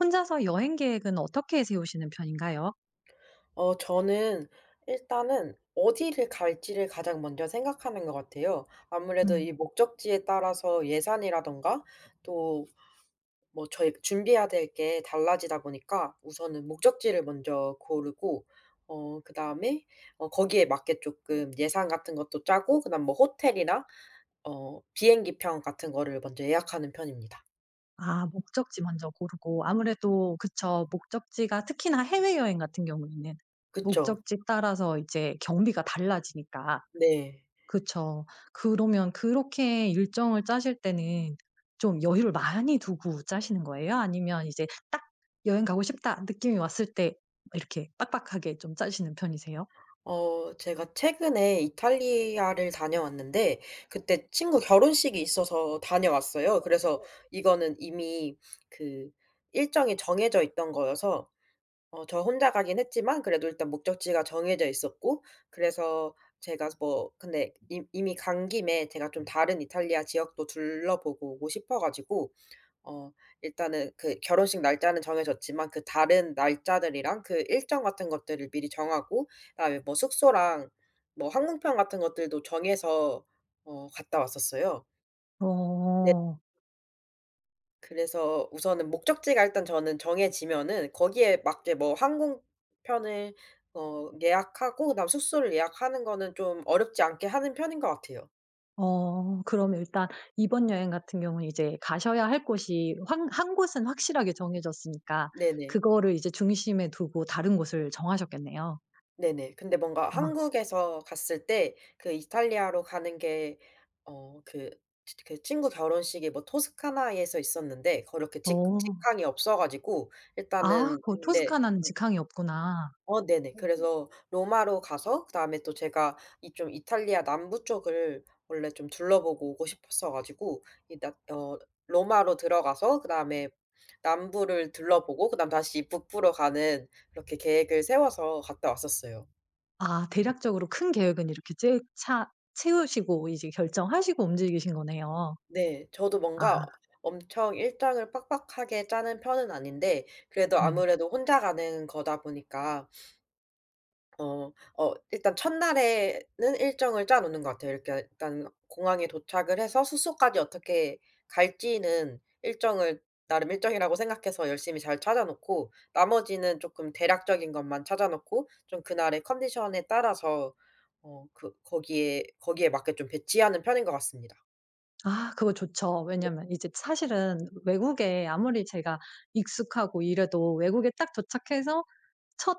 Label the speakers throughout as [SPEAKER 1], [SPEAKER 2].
[SPEAKER 1] 혼자서 여행 계획은 어떻게 세우시는 편인가요?
[SPEAKER 2] 저는 일단은 어디를 갈지를 가장 먼저 생각하는 것 같아요. 아무래도
[SPEAKER 1] 음.
[SPEAKER 2] 이 목적지에 따라서 예산이라든가 또 뭐 저희 준비해야 될 게 달라지다 보니까 우선은 목적지를 먼저 고르고, 그다음에 거기에 맞게 조금 예산 같은 것도 짜고, 그다음 뭐 호텔이나 비행기 편 같은 거를 먼저 예약하는 편입니다.
[SPEAKER 1] 아, 목적지 먼저 고르고 아무래도 그쵸. 목적지가 특히나 해외여행 같은 경우에는
[SPEAKER 2] 그쵸.
[SPEAKER 1] 목적지 따라서 이제 경비가 달라지니까.
[SPEAKER 2] 네.
[SPEAKER 1] 그쵸. 그러면 그렇게 일정을 짜실 때는 좀 여유를 많이 두고 짜시는 거예요? 아니면 이제 딱 '여행 가고 싶다.' 느낌이 왔을 때 이렇게 빡빡하게 좀 짜시는 편이세요?
[SPEAKER 2] 제가 최근에 이탈리아를 다녀왔는데, 그때 친구 결혼식이 있어서 다녀왔어요. 그래서 이거는 이미 그 일정이 정해져 있던 거여서, 저 혼자 가긴 했지만 그래도 일단 목적지가 정해져 있었고, 그래서 제가 뭐 근데 이 이미 간 김에 제가 좀 다른 이탈리아 지역도 둘러보고 오고 싶어 가지고, 어 일단은 그 결혼식 날짜는 정해졌지만 그 다른 날짜들이랑 그 일정 같은 것들을 미리 정하고, 그다음에 뭐 숙소랑 뭐 항공편 같은 것들도 정해서 갔다 왔었어요. 네.
[SPEAKER 1] 어.
[SPEAKER 2] 그래서 우선은 목적지가 일단 저는 정해지면은 거기에 맞게 뭐 항공편을 예약하고, 그다음 숙소를 예약하는 거는 좀 어렵지 않게 하는 편인 것 같아요.
[SPEAKER 1] 그럼 일단 이번 여행 같은 경우는 이제 가셔야 할 곳이 한 한 곳은 확실하게 정해졌으니까
[SPEAKER 2] 네네.
[SPEAKER 1] 그거를 이제 중심에 두고 다른 곳을 정하셨겠네요.
[SPEAKER 2] 네네. 근데 뭔가
[SPEAKER 1] 아.
[SPEAKER 2] 한국에서 갔을 때 그 이탈리아로 가는 게 어 그 치 그 친구 결혼식이 뭐 토스카나에서 있었는데, 그렇게 직
[SPEAKER 1] 오.
[SPEAKER 2] 직항이 없어 가지고
[SPEAKER 1] 아,
[SPEAKER 2] 일단은.
[SPEAKER 1] 그
[SPEAKER 2] 네.
[SPEAKER 1] 토스카나는 네. 직항이 없구나.
[SPEAKER 2] 네네. 그래서 로마로 가서 그다음에 또 제가 이 좀 이탈리아 남부 쪽을 원래 좀 둘러보고 오고 싶었어 가지고, 이 나 어 로마로 들어가서 그다음에 남부를 둘러보고 그다음 다시 북부로 가는, 그렇게 계획을 세워서 갔다 왔었어요.
[SPEAKER 1] 아, 대략적으로 큰 계획은 이렇게 쬐 차 채우시고 이제 결정하시고 움직이신 거네요.
[SPEAKER 2] 네. 저도
[SPEAKER 1] 아.
[SPEAKER 2] 뭔가 엄청 일정을 빡빡하게 짜는 편은 아닌데 그래도
[SPEAKER 1] 음.
[SPEAKER 2] 아무래도 혼자 가는 거다 보니까 어 일단 첫날에는 일정을 짜 놓는 것 같아요. 이렇게 일단 공항에 도착을 해서 숙소까지 어떻게 갈지는 일정을 나름 일정이라고 생각해서 열심히 잘 찾아 놓고, 나머지는 쪼끔 대략적인 것만 찾아 놓고 좀 그날의 컨디션에 따라서 거기에 맞게 좀 배치하는 편인 것 같습니다.
[SPEAKER 1] 아, 그거 좋죠.
[SPEAKER 2] 네.
[SPEAKER 1] 왜냐면 이제 사실은 외국에 아무리 제가 익숙하고 이래도 외국에 딱 도착해서 첫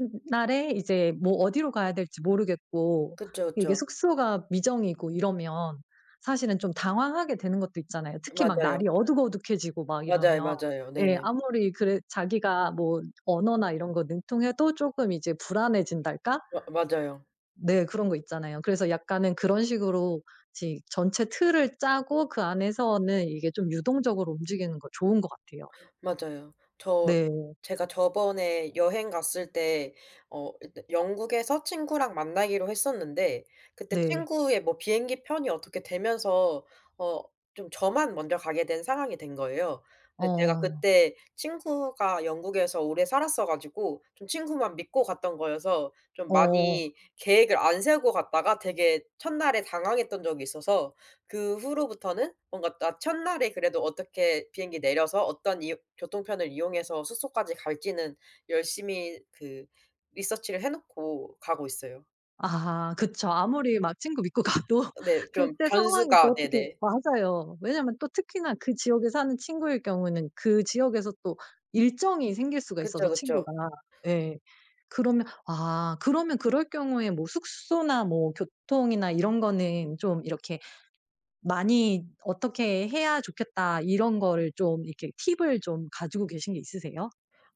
[SPEAKER 1] 날에 이제 뭐 어디로 가야 될지 모르겠고
[SPEAKER 2] 그쵸,
[SPEAKER 1] 이게
[SPEAKER 2] 그쵸.
[SPEAKER 1] 숙소가 미정이고 이러면 사실은 좀 당황하게 되는 것도 있잖아요. 특히 막
[SPEAKER 2] 맞아요.
[SPEAKER 1] 날이 어둑어둑해지고 막
[SPEAKER 2] 맞아요,
[SPEAKER 1] 이러면
[SPEAKER 2] 맞아요.
[SPEAKER 1] 예,
[SPEAKER 2] 네네.
[SPEAKER 1] 아무리 그래 자기가 뭐 언어나 이런 거 능통해도 조금 이제 불안해진달까?
[SPEAKER 2] 마 맞아요.
[SPEAKER 1] 네, 그런 거 있잖아요. 그래서 약간은 그런 식으로 지 전체 틀을 짜고 그 안에서는 이게 좀 유동적으로 움직이는 거 좋은 것 같아요.
[SPEAKER 2] 맞아요. 저
[SPEAKER 1] 네.
[SPEAKER 2] 제가 저번에 여행 갔을 때 일단 영국에서 친구랑 만나기로 했었는데, 그때
[SPEAKER 1] 네.
[SPEAKER 2] 친구의 뭐 비행기 편이 어떻게 되면서 어 좀 저만 먼저 가게 된 상황이 된 거예요. 근데 제가
[SPEAKER 1] 어.
[SPEAKER 2] 그때 친구가 영국에서 오래 살았어 가지고 좀 친구만 믿고 갔던 거여서 좀
[SPEAKER 1] 어.
[SPEAKER 2] 많이 계획을 안 세우고 갔다가 되게 첫날에 당황했던 적이 있어서, 그 후로부터는 뭔가 나 첫날에 그래도 어떻게 비행기 내려서 어떤 이용 교통편을 이용해서 숙소까지 갈지는 열심히 그 리서치를 해 놓고 가고 있어요.
[SPEAKER 1] 아, 그쵸. 아무리 막 친구 믿고 가도
[SPEAKER 2] 네. 좀
[SPEAKER 1] 그때 상황이 또
[SPEAKER 2] 변수가.
[SPEAKER 1] 어떻게
[SPEAKER 2] 네네.
[SPEAKER 1] 맞아요. 왜냐면 또 특히나 그 지역에 사는 친구일 경우에는 그 지역에서 또 일정이 생길 수가 있어서
[SPEAKER 2] 그쵸, 그쵸.
[SPEAKER 1] 친구가. 예. 그러면 아, 그러면 그럴 경우에 뭐 숙소나 뭐 교통이나 이런 거는 좀 이렇게 많이 '어떻게 해야 좋겠다.' 이런 거를 좀 이렇게 팁을 좀 가지고 계신 게 있으세요?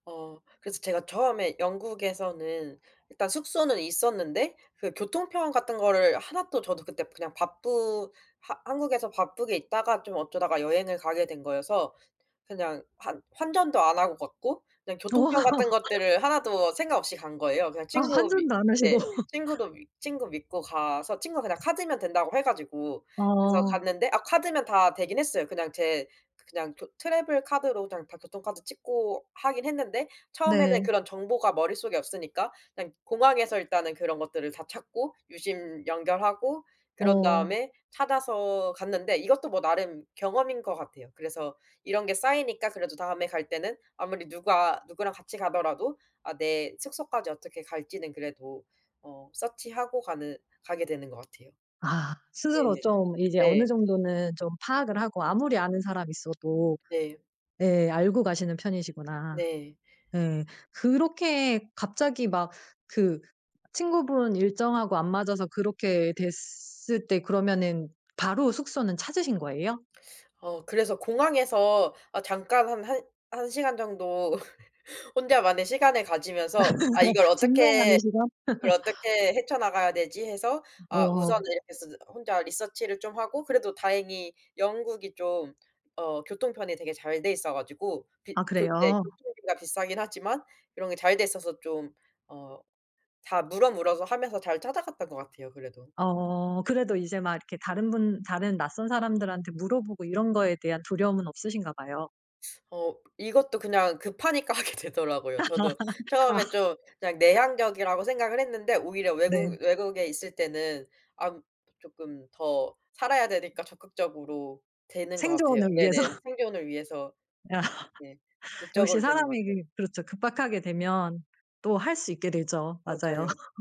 [SPEAKER 2] 그래서 제가 처음에 영국에서는 일단 숙소는 있었는데 그 교통편 같은 거를 하나도, 저도 그때 그냥 바쁘 하 한국에서 바쁘게 있다가 좀 어쩌다가 여행을 가게 된 거여서, 그냥 환 환전도 안 하고 갔고 그냥 교통편
[SPEAKER 1] 어,
[SPEAKER 2] 같은 것들을 하나도 생각 없이 간 거예요. 그냥
[SPEAKER 1] 아
[SPEAKER 2] 친구 믿
[SPEAKER 1] 환전도 안 하시고.
[SPEAKER 2] 네. 친구 믿고 가서, 친구가 그냥 카드면 된다고 해 가지고 그래서
[SPEAKER 1] 어.
[SPEAKER 2] 갔는데, 아, 카드면 다 되긴 했어요. 그냥 제 그냥 교 트래블 카드로 그냥 다 교통카드 찍고 하긴 했는데, 처음에는
[SPEAKER 1] 네.
[SPEAKER 2] 그런 정보가 머릿속에 없으니까 그냥 공항에서 일단은 그런 것들을 다 찾고 유심 연결하고, 그런
[SPEAKER 1] 어.
[SPEAKER 2] 다음에 찾아서 갔는데 이것도 뭐 나름 경험인 것 같아요. 그래서 이런 게 쌓이니까 그래도 다음에 갈 때는 아무리 누가 누구랑 같이 가더라도, 아, 내 숙소까지 어떻게 갈지는 그래도 서치하고 가는 가게 되는 것 같아요.
[SPEAKER 1] 아, 스스로
[SPEAKER 2] 네네.
[SPEAKER 1] 좀 이제 어느
[SPEAKER 2] 네.
[SPEAKER 1] 정도는 좀 파악을 하고 아무리 아는 사람 있어도
[SPEAKER 2] 네.
[SPEAKER 1] 예 알고 가시는 편이시구나.
[SPEAKER 2] 네.
[SPEAKER 1] 예. 그렇게 갑자기 막 그 친구분 일정하고 안 맞아서 그렇게 됐을 때 그러면은 바로 숙소는 찾으신 거예요?
[SPEAKER 2] 그래서 공항에서, 아, 잠깐 한 한 시간 정도 혼자만의 시간을 가지면서, '아, 이걸
[SPEAKER 1] 진정하는
[SPEAKER 2] 어떻게
[SPEAKER 1] 시간?
[SPEAKER 2] 이걸 어떻게 헤쳐나가야 되지?' 해서, 아,
[SPEAKER 1] 어.
[SPEAKER 2] 우선은 이렇게 해서 혼자 리서치를 좀 하고, 그래도 다행히 영국이 좀 교통편이 되게 잘 돼 있어 가지고, 비
[SPEAKER 1] 아,
[SPEAKER 2] 교네
[SPEAKER 1] 그래요?
[SPEAKER 2] 교통비가 비싸긴 하지만 이런 게 잘 돼 있어서 좀 어 다 물어물어서 하면서 잘 찾아갔던 것 같아요 그래도.
[SPEAKER 1] 어 그래도 이제 막 이렇게 다른 분 다른 낯선 사람들한테 물어보고 이런 거에 대한 두려움은 없으신가 봐요.
[SPEAKER 2] 이것도 그냥 급하니까 하게 되더라고요. 저도 처음에
[SPEAKER 1] 아.
[SPEAKER 2] 좀 그냥 내향적이라고 생각을 했는데, 오히려
[SPEAKER 1] 네.
[SPEAKER 2] 외국 외국에 있을 때는, 아, 조금 더 살아야 되니까 적극적으로 되는 것 같아요.
[SPEAKER 1] 생존을 위해서.
[SPEAKER 2] 네네. 생존을 위해서, 네,
[SPEAKER 1] 역시
[SPEAKER 2] 적극적으로 되는 것
[SPEAKER 1] 사람이
[SPEAKER 2] 같아요.
[SPEAKER 1] 그 그렇죠. 급박하게 되면 또 할 수 있게 되죠. 맞아요.
[SPEAKER 2] 맞아요.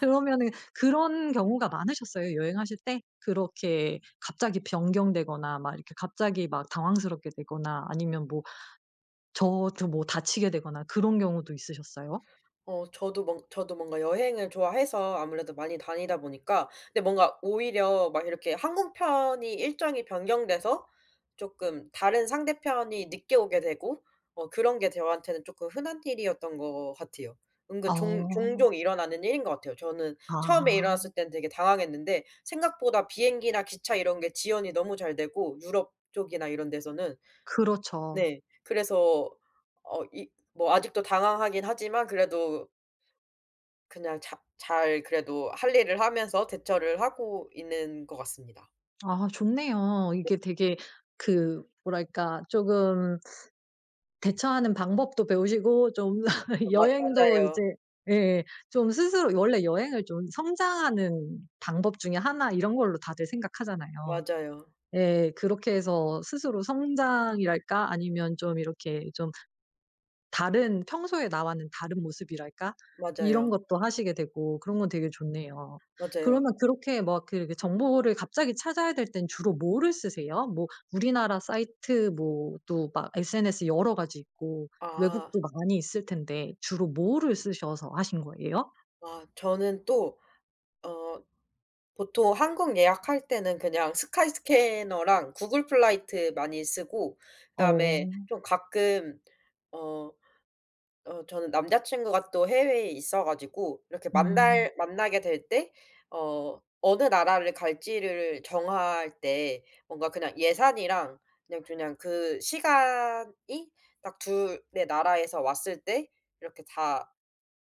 [SPEAKER 1] 그러면은 그런 경우가 많으셨어요? 여행하실 때? 그렇게 갑자기 변경되거나 막 이렇게 갑자기 막 당황스럽게 되거나 아니면 뭐 저도 뭐 다치게 되거나 그런 경우도 있으셨어요?
[SPEAKER 2] 저도 뭔가 여행을 좋아해서 아무래도 많이 다니다 보니까, 근데 뭔가 오히려 막 이렇게 항공편이 일정이 변경돼서 조금 다른 상대편이 늦게 오게 되고, 그런 게 저한테는 조금 흔한 일이었던 것 같아요. 은근 종
[SPEAKER 1] 어.
[SPEAKER 2] 종종 일어나는 일인 것 같아요. 저는 처음에
[SPEAKER 1] 아,
[SPEAKER 2] 일어났을 땐 되게 당황했는데, 생각보다 비행기나 기차 이런 게 지연이 너무 잘 되고 유럽 쪽이나 이런 데서는.
[SPEAKER 1] 그렇죠.
[SPEAKER 2] 네. 그래서, 어 이 뭐 아직도 당황하긴 하지만 그래도 그냥 자 잘 그래도 할 일을 하면서 대처를 하고 있는 것 같습니다.
[SPEAKER 1] 아, 좋네요.
[SPEAKER 2] 네.
[SPEAKER 1] 이게 되게 그 뭐랄까 쪼금 대처하는 방법도 배우시고 좀
[SPEAKER 2] 맞
[SPEAKER 1] 여행도 이제
[SPEAKER 2] 맞아요.
[SPEAKER 1] 예, 예. 좀 스스로 원래 여행을 좀 성장하는 방법 중에 하나 이런 걸로 다들 생각하잖아요.
[SPEAKER 2] 맞아요.
[SPEAKER 1] 예. 그렇게 해서 스스로 성장이랄까 아니면 좀 이렇게 좀 다른 평소에 나와는 다른 모습이랄까? 이런
[SPEAKER 2] 맞아요.
[SPEAKER 1] 것도 하시게 되고 그런 건 되게 좋네요. 그러면
[SPEAKER 2] 맞아요.
[SPEAKER 1] 그렇게 막 그 이렇게 정보를 갑자기 찾아야 될 땐 주로 뭐를 쓰세요? 뭐 우리나라 사이트 뭐 또 막 SNS 여러 가지 있고
[SPEAKER 2] 아.
[SPEAKER 1] 외국도 많이 있을 텐데 주로 뭐를 쓰셔서 하신 거예요?
[SPEAKER 2] 아, 저는 또 어 보통 항공 예약할 때는 그냥 스카이스캐너랑 구글 플라이트 많이 쓰고, 그다음에
[SPEAKER 1] 어.
[SPEAKER 2] 좀 가끔 어 저는 남자 친구가 또 해외에 있어 가지고 이렇게
[SPEAKER 1] 음.
[SPEAKER 2] 만날 만나게 될 때 어느 나라를 갈지를 정할 때 뭔가 그냥 예산이랑 그냥 그 시간이 딱 둘의 나라에서 왔을 때 이렇게 다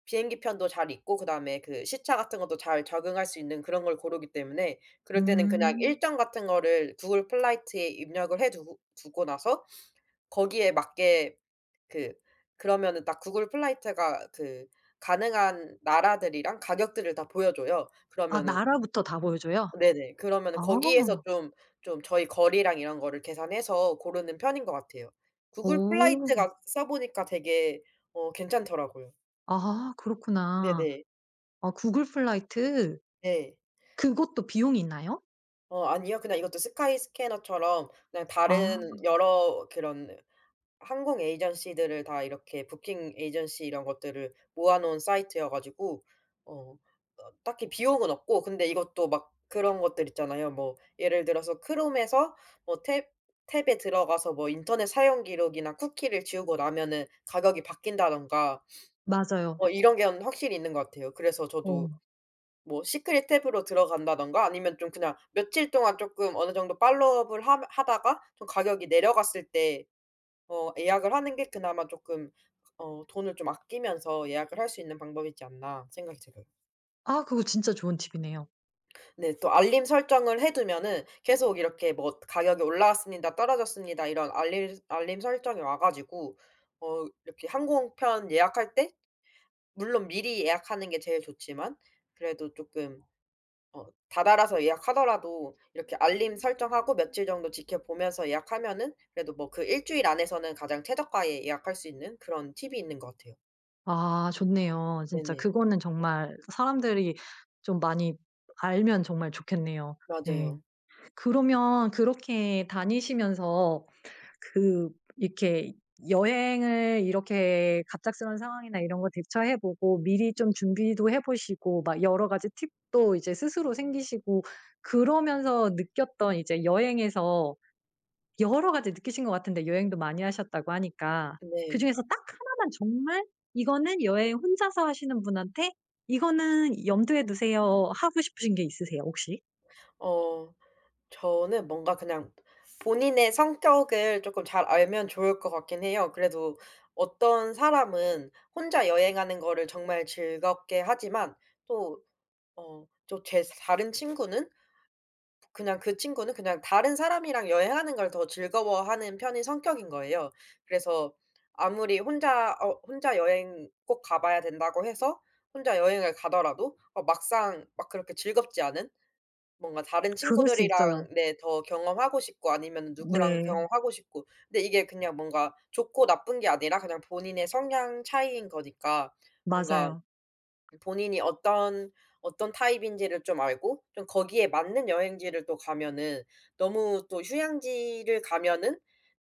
[SPEAKER 2] 비행기 편도 잘 있고, 그다음에 그 시차 같은 것도 잘 적응할 수 있는 그런 걸 고르기 때문에, 그럴 때는 그냥
[SPEAKER 1] 음.
[SPEAKER 2] 일정 같은 거를 구글 플라이트에 입력을 해 두고 나서 거기에 맞게, 그 그러면은 딱 구글 플라이트가 그 가능한 나라들이랑 가격들을 다 보여줘요.
[SPEAKER 1] 아,
[SPEAKER 2] 그러면은,
[SPEAKER 1] 나라부터 다 보여줘요?
[SPEAKER 2] 네네, 그러면은
[SPEAKER 1] 아.
[SPEAKER 2] 거기에서 좀 저희 거리랑 이런 거를 계산해서 고르는 편인 것 같아요. 구글
[SPEAKER 1] 오.
[SPEAKER 2] 플라이트가 써 보니까 되게 괜찮더라고요.
[SPEAKER 1] 아, 그렇구나.
[SPEAKER 2] 네네.
[SPEAKER 1] 아, 구글 플라이트
[SPEAKER 2] 네.
[SPEAKER 1] 그것도 비용이 있나요?
[SPEAKER 2] 아니요. 그냥 이것도 스카이스캐너처럼 그냥 다른
[SPEAKER 1] 아,
[SPEAKER 2] 여러 그런 항공 에이전시들을 다 이렇게 부킹 에이전시 이런 것들을 모아 놓은 사이트여 가지고 어 딱히 비용은 없고, 근데 이것도 막 그런 것들 있잖아요. 뭐 예를 들어서 크롬에서 뭐 탭 탭에 들어가서 뭐 인터넷 사용 기록이나 쿠키를 지우고 나면은 가격이 바뀐다든가,
[SPEAKER 1] 맞아요.
[SPEAKER 2] 이런 게 연 확실히 있는 것 같아요. 그래서
[SPEAKER 1] 어.
[SPEAKER 2] 저도 뭐 시크릿 탭으로 들어간다든가, 아니면 좀 그냥 며칠 동안 쪼끔 어느 정도 팔로우업을 함 하다가 좀 가격이 내려갔을 때 예약을 하는 게 그나마 조금 돈을 좀 아끼면서 예약을 할 수 있는 방법이지 않나 생각이 들어요.
[SPEAKER 1] 아, 그거 진짜 좋은 팁이네요.
[SPEAKER 2] 네, 또 알림 설정을 해 두면은 계속 이렇게 뭐 "가격이 올라왔습니다. 떨어졌습니다." 이런 알림 설정이 와 가지고 이렇게 항공편 예약할 때, 물론 미리 예약하는 게 제일 좋지만 그래도 조금 다다라서 예약하더라도 이렇게 알림 설정하고 며칠 정도 지켜보면서 예약하면은, 그래도 뭐 그 일 주일 안에서는 가장 최저가에 예약할 수 있는 그런 팁이 있는 것 같아요.
[SPEAKER 1] 아, 좋네요. 진짜
[SPEAKER 2] 네네.
[SPEAKER 1] 그거는 정말 사람들이 좀 많이 알면 정말 좋겠네요. 네.
[SPEAKER 2] 맞아요.
[SPEAKER 1] 그러면 그렇게 다니시면서 그 이렇게 여행을 이렇게 갑작스러운 상황이나 이런 거 대처해 보고 미리 좀 준비도 해 보시고 막 여러 가지 팁도 이제 스스로 생기시고 그러면서 느꼈던 이제 여행에서 여러 가지 느끼신 것 같은데 여행도 많이 하셨다고 하니까.
[SPEAKER 2] 네.
[SPEAKER 1] 그중에서 딱 하나만 정말 '이거는 여행 혼자서 하시는 분한테 이거는 염두에 두세요.' 하고 싶으신 게 있으세요 혹시?
[SPEAKER 2] 어 저는 뭔가 그냥 본인의 성격을 쪼끔 잘 알면 좋을 것 같긴 해요. 그래도 어떤 사람은 혼자 여행하는 거를 정말 즐겁게 하지만, 또 또 제 다른 친구는, 그냥 그 친구는 그냥 다른 사람이랑 여행하는 걸 더 즐거워하는 편인 성격인 거예요. 그래서 아무리 혼자 여행 꼭 가 봐야 된다고 해서 혼자 여행을 가더라도 막상 막 그렇게 즐겁지 않은, 뭔가 다른
[SPEAKER 1] 그럴 수 있어요.
[SPEAKER 2] 친구들이랑, 네, 더 경험하고 싶고 아니면 누구랑
[SPEAKER 1] 네.
[SPEAKER 2] 경험하고 싶고, 근데 이게 그냥 뭔가 좋고 나쁜 게 아니라 그냥 본인의 성향 차이인 거니까, 뭔가
[SPEAKER 1] 맞아요.
[SPEAKER 2] 본인이 어떤 타입인지를 좀 알고 좀 거기에 맞는 여행지를 또 가면은, 너무 또 휴양지를 가면은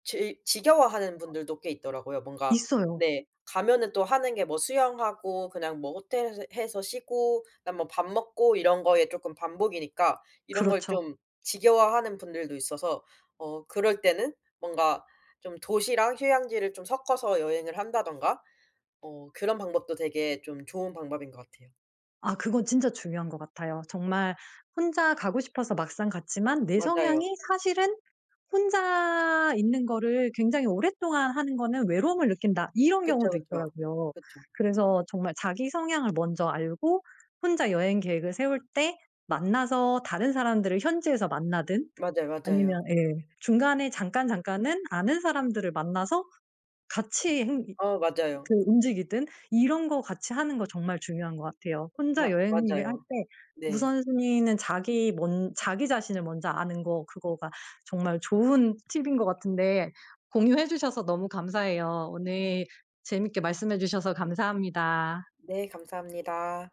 [SPEAKER 2] 지 지겨워하는 분들도 꽤 있더라고요. 뭔가.
[SPEAKER 1] 있어요.
[SPEAKER 2] 네. 가면은 또 하는 게 뭐 수영하고 그냥 뭐 호텔에서 해서 쉬고, 그다음 뭐 밥 먹고, 이런 거에 쪼끔 반복이니까, 이런 걸
[SPEAKER 1] 그렇죠.
[SPEAKER 2] 좀 지겨워하는 분들도 있어서 그럴 때는 뭔가 좀 도시랑 휴양지를 좀 섞어서 여행을 한다든가 그런 방법도 되게 좀 좋은 방법인 것 같아요.
[SPEAKER 1] 아, 그건 진짜 중요한 것 같아요. 정말 혼자 가고 싶어서 막상 갔지만 내 성향이
[SPEAKER 2] 맞아요.
[SPEAKER 1] 사실은 '혼자 있는 거를 굉장히 오랫동안 하는 거는 외로움을 느낀다.' 이런
[SPEAKER 2] 그쵸,
[SPEAKER 1] 경우도
[SPEAKER 2] 그쵸.
[SPEAKER 1] 있더라고요.
[SPEAKER 2] 그쵸.
[SPEAKER 1] 그래서 정말 자기 성향을 먼저 알고 혼자 여행 계획을 세울 때 만나서 다른 사람들을 현지에서 만나든
[SPEAKER 2] 맞아요,
[SPEAKER 1] 아니면
[SPEAKER 2] 맞아요.
[SPEAKER 1] 예 중간에 잠깐 잠깐은 아는 사람들을 만나서 같이 행
[SPEAKER 2] 맞아요.
[SPEAKER 1] 그 움직이든 이런 거 같이 하는 거 정말 중요한 것 같아요.
[SPEAKER 2] 마
[SPEAKER 1] 혼자 여행을 할
[SPEAKER 2] 맞아요.
[SPEAKER 1] 때
[SPEAKER 2] 네.
[SPEAKER 1] 우선순위는 자기 먼 자기 자신을 먼저 아는 거 그거가 정말 좋은 팁인 것 같은데 공유해 주셔서 너무 감사해요. 오늘 재밌게 말씀해 주셔서 감사합니다.
[SPEAKER 2] 네, 감사합니다.